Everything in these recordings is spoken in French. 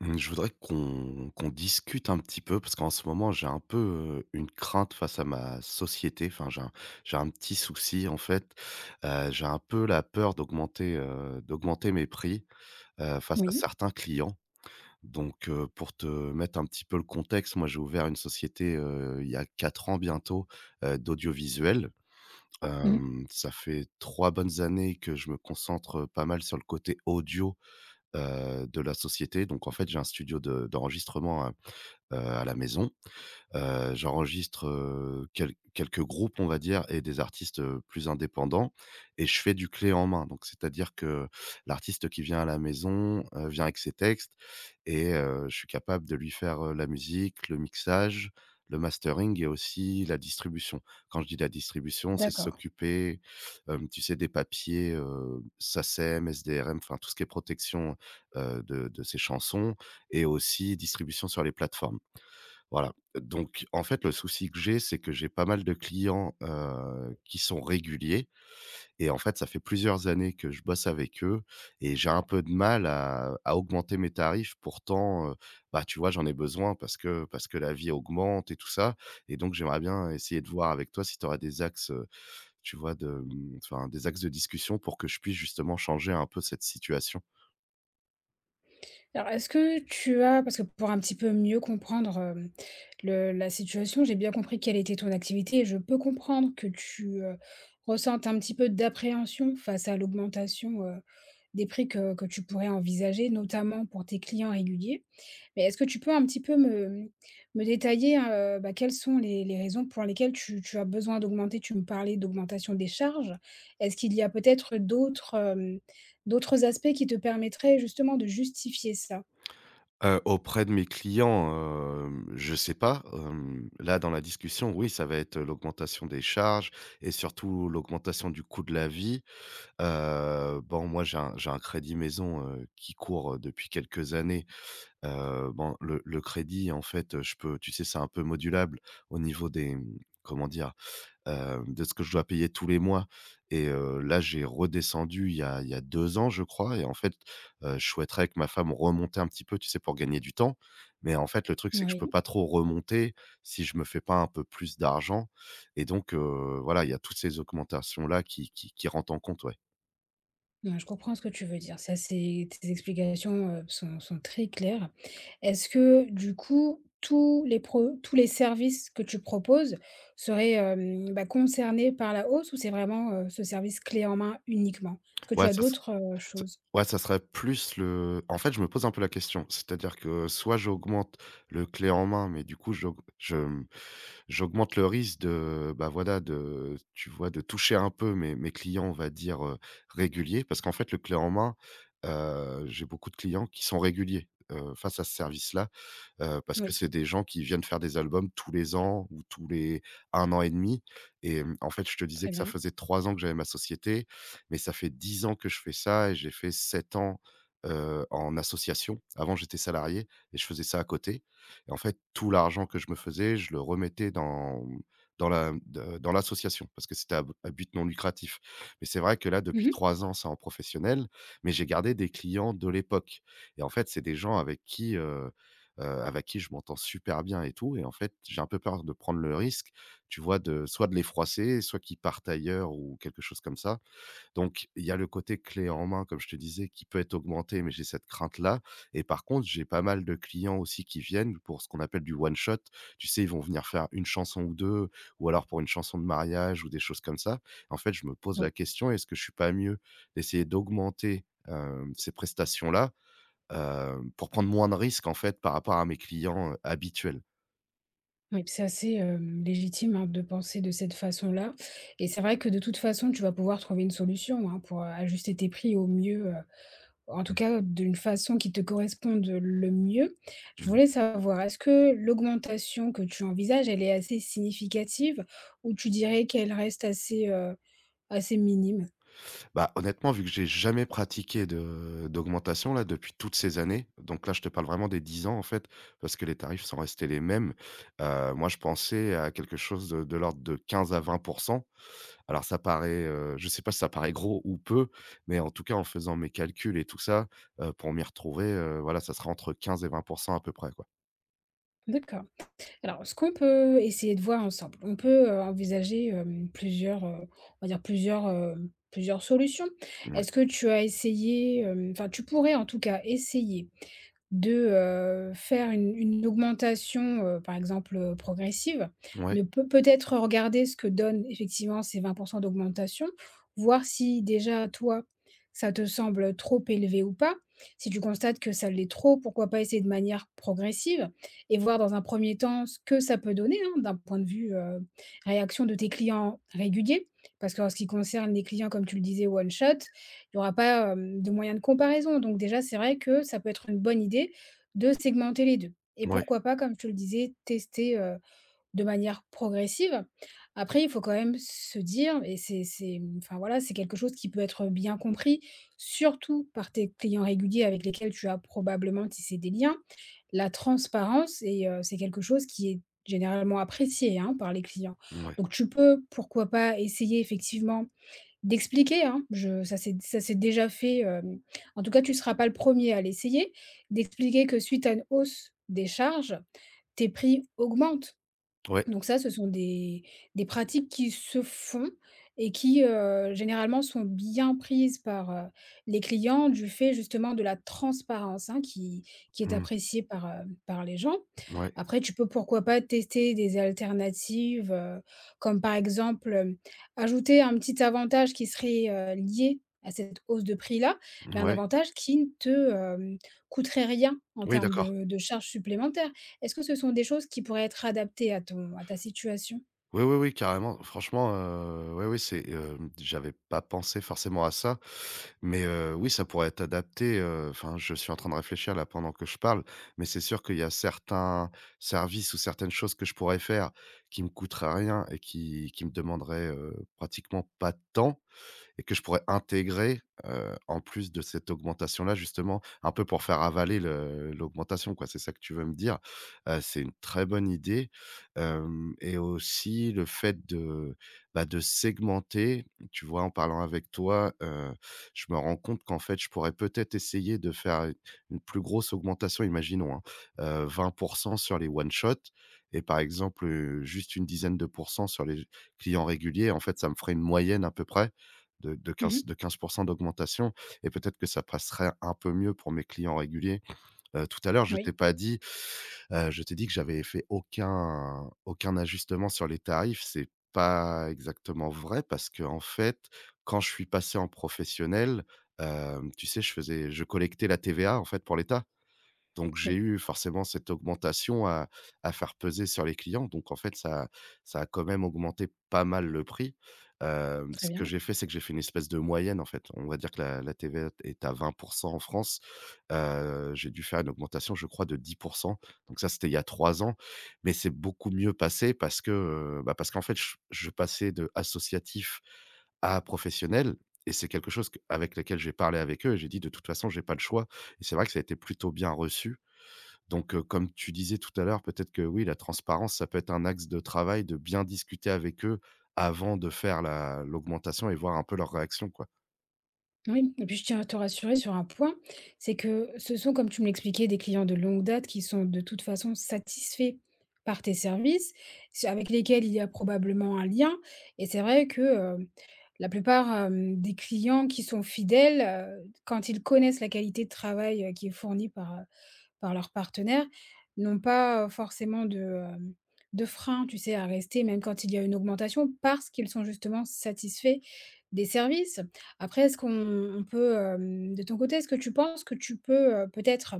Mmh, je voudrais qu'on discute un petit peu parce qu'en ce moment, j'ai un peu, une crainte face à ma société. Enfin, j'ai un petit souci, en fait. J'ai un peu la peur d'augmenter, d'augmenter mes prix, face à Oui. certains clients. Donc, pour te mettre un petit peu le contexte, moi, j'ai ouvert une société, il y a 4 ans bientôt, d'audiovisuel. Mmh. Ça fait 3 bonnes années que je me concentre pas mal sur le côté audio de la société. Donc en fait, j'ai un studio de d'enregistrement, à la maison. J'enregistre, quelques groupes, on va dire, et des artistes, plus indépendants, et je fais du clé en main. Donc c'est-à-dire que l'artiste qui vient à la maison, vient avec ses textes, et je suis capable de lui faire, la musique, le mixage, le mastering et aussi la distribution. Quand je dis la distribution, c'est D'accord. s'occuper, tu sais, des papiers, SACEM, SDRM, enfin tout ce qui est protection, de ces chansons, et aussi distribution sur les plateformes. Voilà, donc en fait, le souci que j'ai, c'est que j'ai pas mal de clients, qui sont réguliers, et en fait, ça fait plusieurs années que je bosse avec eux, et j'ai un peu de mal à augmenter mes tarifs. Pourtant, bah, tu vois, j'en ai besoin parce que la vie augmente et tout ça, et donc j'aimerais bien essayer de voir avec toi si tu auras des axes, tu vois, de, enfin, des axes de discussion pour que je puisse justement changer un peu cette situation. Alors est-ce que tu as parce que pour un petit peu mieux comprendre, le la situation. J'ai bien compris quelle était ton activité et je peux comprendre que tu, ressentes un petit peu d'appréhension face à l'augmentation, des prix que tu pourrais envisager, notamment pour tes clients réguliers. Mais est-ce que tu peux un petit peu me détailler, bah, quelles sont les raisons pour lesquelles tu as besoin d'augmenter? Tu me parlais d'augmentation des charges. Est-ce qu'il y a peut-être d'autres, d'autres aspects qui te permettraient justement de justifier ça? Auprès de mes clients, je sais pas, là, dans la discussion, oui, ça va être l'augmentation des charges et surtout l'augmentation du coût de la vie. Bon, moi, j'ai un crédit maison, qui court depuis quelques années. Bon, le crédit, en fait, je peux, tu sais, c'est un peu modulable au niveau des, comment dire? De ce que je dois payer tous les mois. Et là, j'ai redescendu il y a 2 ans, je crois, et en fait, je souhaiterais que ma femme remonte un petit peu, tu sais, pour gagner du temps. Mais en fait, le truc, c'est que je peux Oui, pas trop remonter si je me fais pas un peu plus d'argent, et donc voilà, il y a toutes ces augmentations-là qui rentrent en compte, ouais. ouais, je comprends ce que tu veux dire. Ça, c'est tes explications, sont très claires. Est-ce que du coup, tous les pro tous les services que tu proposes seraient, hem, bah, concernés par la hausse ou c'est vraiment, ce service clé en main uniquement? Est-ce que tu Ouais, as ça s d'autres, t choses? Ouais, ça serait plus le en fait, je me pose un peu la question, c'est-à-dire que soit j'augmente le clé en main, mais du coup, j'aug je, mmh j'augmente le risque de, bah, voilà, de, tu vois, de toucher un peu mes clients, on va dire, réguliers. Parce qu'en fait, le clé en main, j'ai beaucoup de clients qui sont réguliers, face à ce service-là, parce que Oui, c'est des gens qui viennent faire des albums tous les ans ou tous les un an et demi, et en fait, je te disais très que ça bien. faisait 3 ans que j'avais ma société, mais ça fait 10 ans que je fais ça, et j'ai fait 7 ans, en association. Avant, j'étais salarié et je faisais ça à côté, et en fait, tout l'argent que je me faisais, je le remettais dans mmh, dans la de dans l'association parce que c'était à but non lucratif. Mais c'est vrai que là, depuis Mmh. 3 ans, c'est en professionnel, mais j'ai gardé des clients de l'époque, et en fait, c'est des gens avec qui je m'entends super bien et tout, et en fait, j'ai un peu peur de prendre le risque, tu vois, de soit de les froisser, soit qu'ils partent ailleurs ou quelque chose comme ça. Donc il y a le côté clé en main, comme je te disais, qui peut être augmenté, mais j'ai cette crainte-là, et par contre, j'ai pas mal de clients aussi qui viennent pour ce qu'on appelle du one shot. Tu sais, ils vont venir faire une chanson ou 2, ou alors pour une chanson de mariage ou des choses comme ça. En fait, je me pose Oui, la question, est-ce que je suis pas mieux d'essayer d'augmenter, ces prestations-là, pour prendre moins de risques, en fait, par rapport à mes clients, habituels. oui, c'est assez, hem, légitime, hein, de penser de cette façon-là et c'est vrai que de toute façon, tu vas pouvoir trouver une solution, hein, pour, ajuster tes prix au mieux. En tout cas, d'une façon qui te corresponde le mieux. Je Mmh mh. voulais savoir, est-ce que l'augmentation que tu envisages, elle est assez significative ou tu dirais qu'elle reste assez, assez minime? Bah, honnêtement, vu que j'ai jamais pratiqué de d'augmentation, là, depuis toutes ces années, donc là, je te parle vraiment des 10 ans, en fait, parce que les tarifs sont restés les mêmes. Moi, je pensais à quelque chose de l'ordre de 15 à 20%. Alors ça paraît, je sais pas si ça paraît gros ou peu, mais en tout cas, en faisant mes calculs et tout ça, pour m'y retrouver, voilà, ça sera entre 15 et 20% à peu près, quoi. D'accord. Alors, ce qu'on peut essayer de voir ensemble, on peut, envisager, plusieurs, on va dire plusieurs, plusieurs solutions. Ouais. Est-ce que tu as essayé, hem, enfin, tu pourrais en tout cas essayer de, faire une augmentation, par exemple, progressive. Ouais, Ne peut peut-être regarder ce que donnent effectivement ces 20% d'augmentation, voir si déjà toi, ça te semble trop élevé ou pas. Si tu constates que ça l'est trop, pourquoi pas essayer de manière progressive? Et voir dans un premier temps ce que ça peut donner, hein, d'un point de vue, réaction de tes clients réguliers. Parce que en ce qui concerne les clients, comme tu le disais, one shot, il n'y aura pas, hem, de moyen de comparaison. Donc déjà, c'est vrai que ça peut être une bonne idée de segmenter les 2 et ouais, pourquoi pas, comme tu le disais, tester, de manière progressive. Après, il faut quand même se dire et c'est enfin, voilà, c'est quelque chose qui peut être bien compris, surtout par tes clients réguliers avec lesquels tu as probablement tissé des liens. La transparence et c'est quelque chose qui est généralement apprécié, hein, par les clients. ouais, ouais, Donc tu peux, pourquoi pas, essayer effectivement d'expliquer, hein, je ça s'est déjà fait, hem, en tout cas, tu ne seras pas le premier à l'essayer, d'expliquer que suite à une hausse des charges, tes prix augmentent. ouais, Donc ça, ce sont des pratiques qui se font et qui, généralement sont bien prises par, les clients du fait justement de la transparence, hein, qui est mmh, appréciée par, par les gens. ouais, Après, tu peux pourquoi pas tester des alternatives, comme par exemple, ajouter un petit avantage qui serait, lié à cette hausse de prix-là, mais un ouais. avantage qui ne te, coûterait rien en Oui, termes d'accord. de charges supplémentaires. Est-ce que ce sont des choses qui pourraient être adaptées à ton à ta situation? Oui, oui, oui, carrément. Franchement, oui, oui, j'avais pas pensé forcément à ça, mais oui, ça pourrait être adapté, enfin, je suis en train de réfléchir là pendant que je parle, mais c'est sûr qu'il y a certains services ou certaines choses que je pourrais faire qui me coûteraient rien et qui me demanderaient, pratiquement pas de temps. Et que je pourrais intégrer, en plus de cette augmentation-là justement, un peu pour faire avaler le l'augmentation, quoi, c'est ça que tu veux me dire? C'est une très bonne idée, hem et aussi le fait de, bah, de segmenter, tu vois? En parlant avec toi, je me rends compte qu'en fait, je pourrais peut-être essayer de faire u une plus grosse augmentation, imaginons, hein, 20 sur les one shot, et par exemple, juste une dizaine de pourcents sur les clients réguliers. En fait, ça me ferait une moyenne à peu près de Mmh. 15% d'augmentation, et peut-être que ça passerait un peu mieux pour mes clients réguliers. Tout à l'heure, je t'ai Oui, pas dit, je t'ai dit que j'avais fait aucun ajustement sur les tarifs. C'est pas exactement vrai, parce que en fait, quand je suis passé en professionnel, tu sais, je collectais la TVA, en fait, pour l'État. Donc j'ai oui, eu forcément cette augmentation à faire peser sur les clients. Donc en fait, ça a quand même augmenté pas mal le prix. Très Ce que bien. j'ai fait, c'est que j'ai fait une espèce de moyenne, en fait. On va dire que la TVA est à 20 en France. J'ai dû faire une augmentation, je crois, de 10. Donc ça, c'était il y a 3 ans, mais c'est beaucoup mieux passé parce que, bah, parce qu'en fait, je passais de associatif à professionnel, et c'est quelque chose q avec lequel j'ai parlé avec eux, et j'ai dit: «De toute façon, j'ai pas le choix», et c'est vrai que ça a été plutôt bien reçu. Donc, comme tu disais tout à l'heure, peut-être que oui, la transparence, ça peut être un axe de travail, de bien discuter avec eux avant de faire la l'augmentation et voir un peu leur réaction, quoi. Oui et puis je tiens à te rassurer sur un point, c'est que ce sont, comme tu me l'expliquais, des clients de longue date qui sont de toute façon satisfaits par tes services, c'est avec lesquels il y a probablement un lien et c'est vrai que, la plupart, des clients qui sont fidèles, quand ils connaissent la qualité de travail, qui est fournie par, par leur partenaire, n'ont pas, forcément de, de frein, tu sais, à rester même quand il y a une augmentation parce qu'ils sont justement satisfaits des services. Après est-ce qu'on on peut, hem, de ton côté, est-ce que tu penses que tu peux, peut-être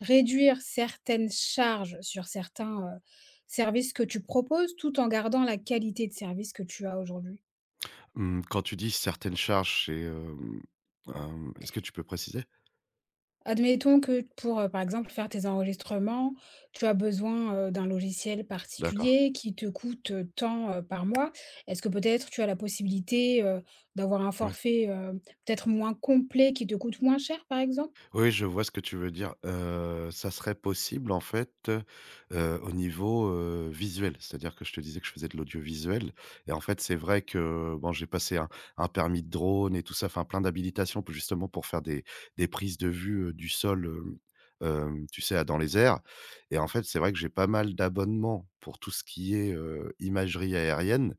réduire certaines charges sur certains, services que tu proposes, tout en gardant la qualité de service que tu as aujourd'hui? Mmh, Quand tu dis certaines charges, c'est, est-ce que tu peux préciser? Admettons que pour, par exemple, faire tes enregistrements, tu as besoin, d'un logiciel D'accord, particulier qui te coûte, tant, par mois. Est-ce que peut-être tu as la possibilité, d'avoir un ouais. forfait, peut-être moins complet qui te coûte moins cher, par exemple? Oui, je vois ce que tu veux dire. Ça serait possible en fait, au niveau, visuel. C'est-à-dire que je te disais que je faisais de l'audiovisuel, et en fait, c'est vrai que, bon, j'ai passé un permis de drone et tout ça, enfin plein d'habilitations pour justement pour faire des prises de vue, du sol, tu sais, à dans les airs, et en fait, c'est vrai que j'ai pas mal d'abonnements pour tout ce qui est, imagerie aérienne.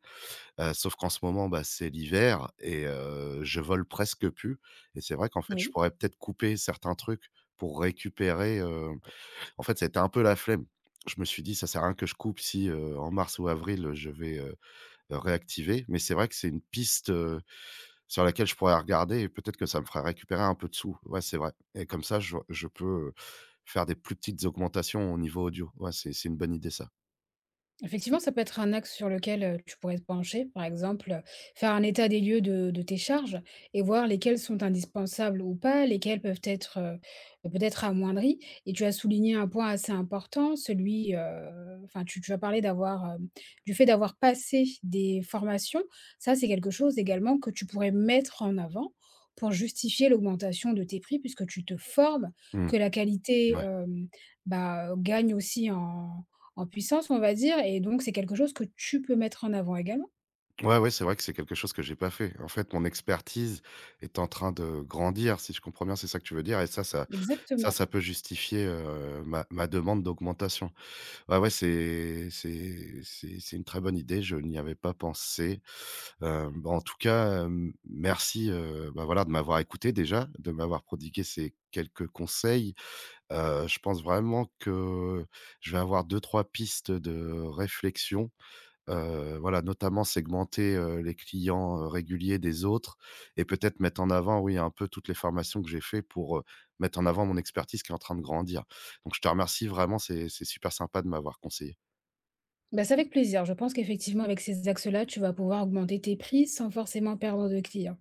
Sauf qu'en ce moment, bah, c'est l'hiver et je vole presque plus, et c'est vrai qu'en fait, je Oui. pourrais peut-être couper certains trucs pour récupérer, en fait, c'était un peu la flemme. Je me suis dit: «Ça sert à rien que je coupe si, en mars ou avril, je vais, réactiver», mais c'est vrai que c'est une piste, sur laquelle je pourrais regarder, et peut-être que ça me ferait récupérer un peu de sous. Ouais, c'est vrai, et comme ça, je peux faire des plus petites augmentations au niveau audio. Ouais, c'est une bonne idée, ça. Effectivement, ça peut être un axe sur lequel, tu pourrais te pencher. Par exemple, faire un état des lieux de tes charges et voir lesquelles sont indispensables ou pas, lesquelles peuvent être, peut-être amoindries et tu as souligné un point assez important, celui, enfin, tu as parlé d'avoir, du fait d'avoir passé des formations. Ça, c'est quelque chose également que tu pourrais mettre en avant pour justifier l'augmentation de tes prix puisque tu te formes, Mmh. que la qualité, Ouais. Bah, gagne aussi en en puissance, on va dire et donc c'est quelque chose que tu peux mettre en avant également. Ouais, ouais, c'est vrai que c'est quelque chose que j'ai pas fait. En fait, mon expertise est en train de grandir, si je comprends bien, c'est ça que tu veux dire, et Exactement. ça peut justifier, ma demande d'augmentation. Ouais, ouais, c'est une très bonne idée, je n'y avais pas pensé. Bah, en tout cas, merci, bah, voilà, de m'avoir écouté déjà, de m'avoir prodigué ces quelques conseils. Je pense vraiment que je vais avoir deux trois pistes de réflexion. Voilà, notamment segmenter, les clients, réguliers des autres, et peut-être mettre en avant, oui, un peu toutes les formations que j'ai fait pour, mettre en avant mon expertise qui est en train de grandir. Donc je te remercie vraiment, c'est super sympa de m'avoir conseillé. Bah, c'est avec plaisir. Je pense qu'effectivement, avec ces axes-là, tu vas pouvoir augmenter tes prix sans forcément perdre de clients.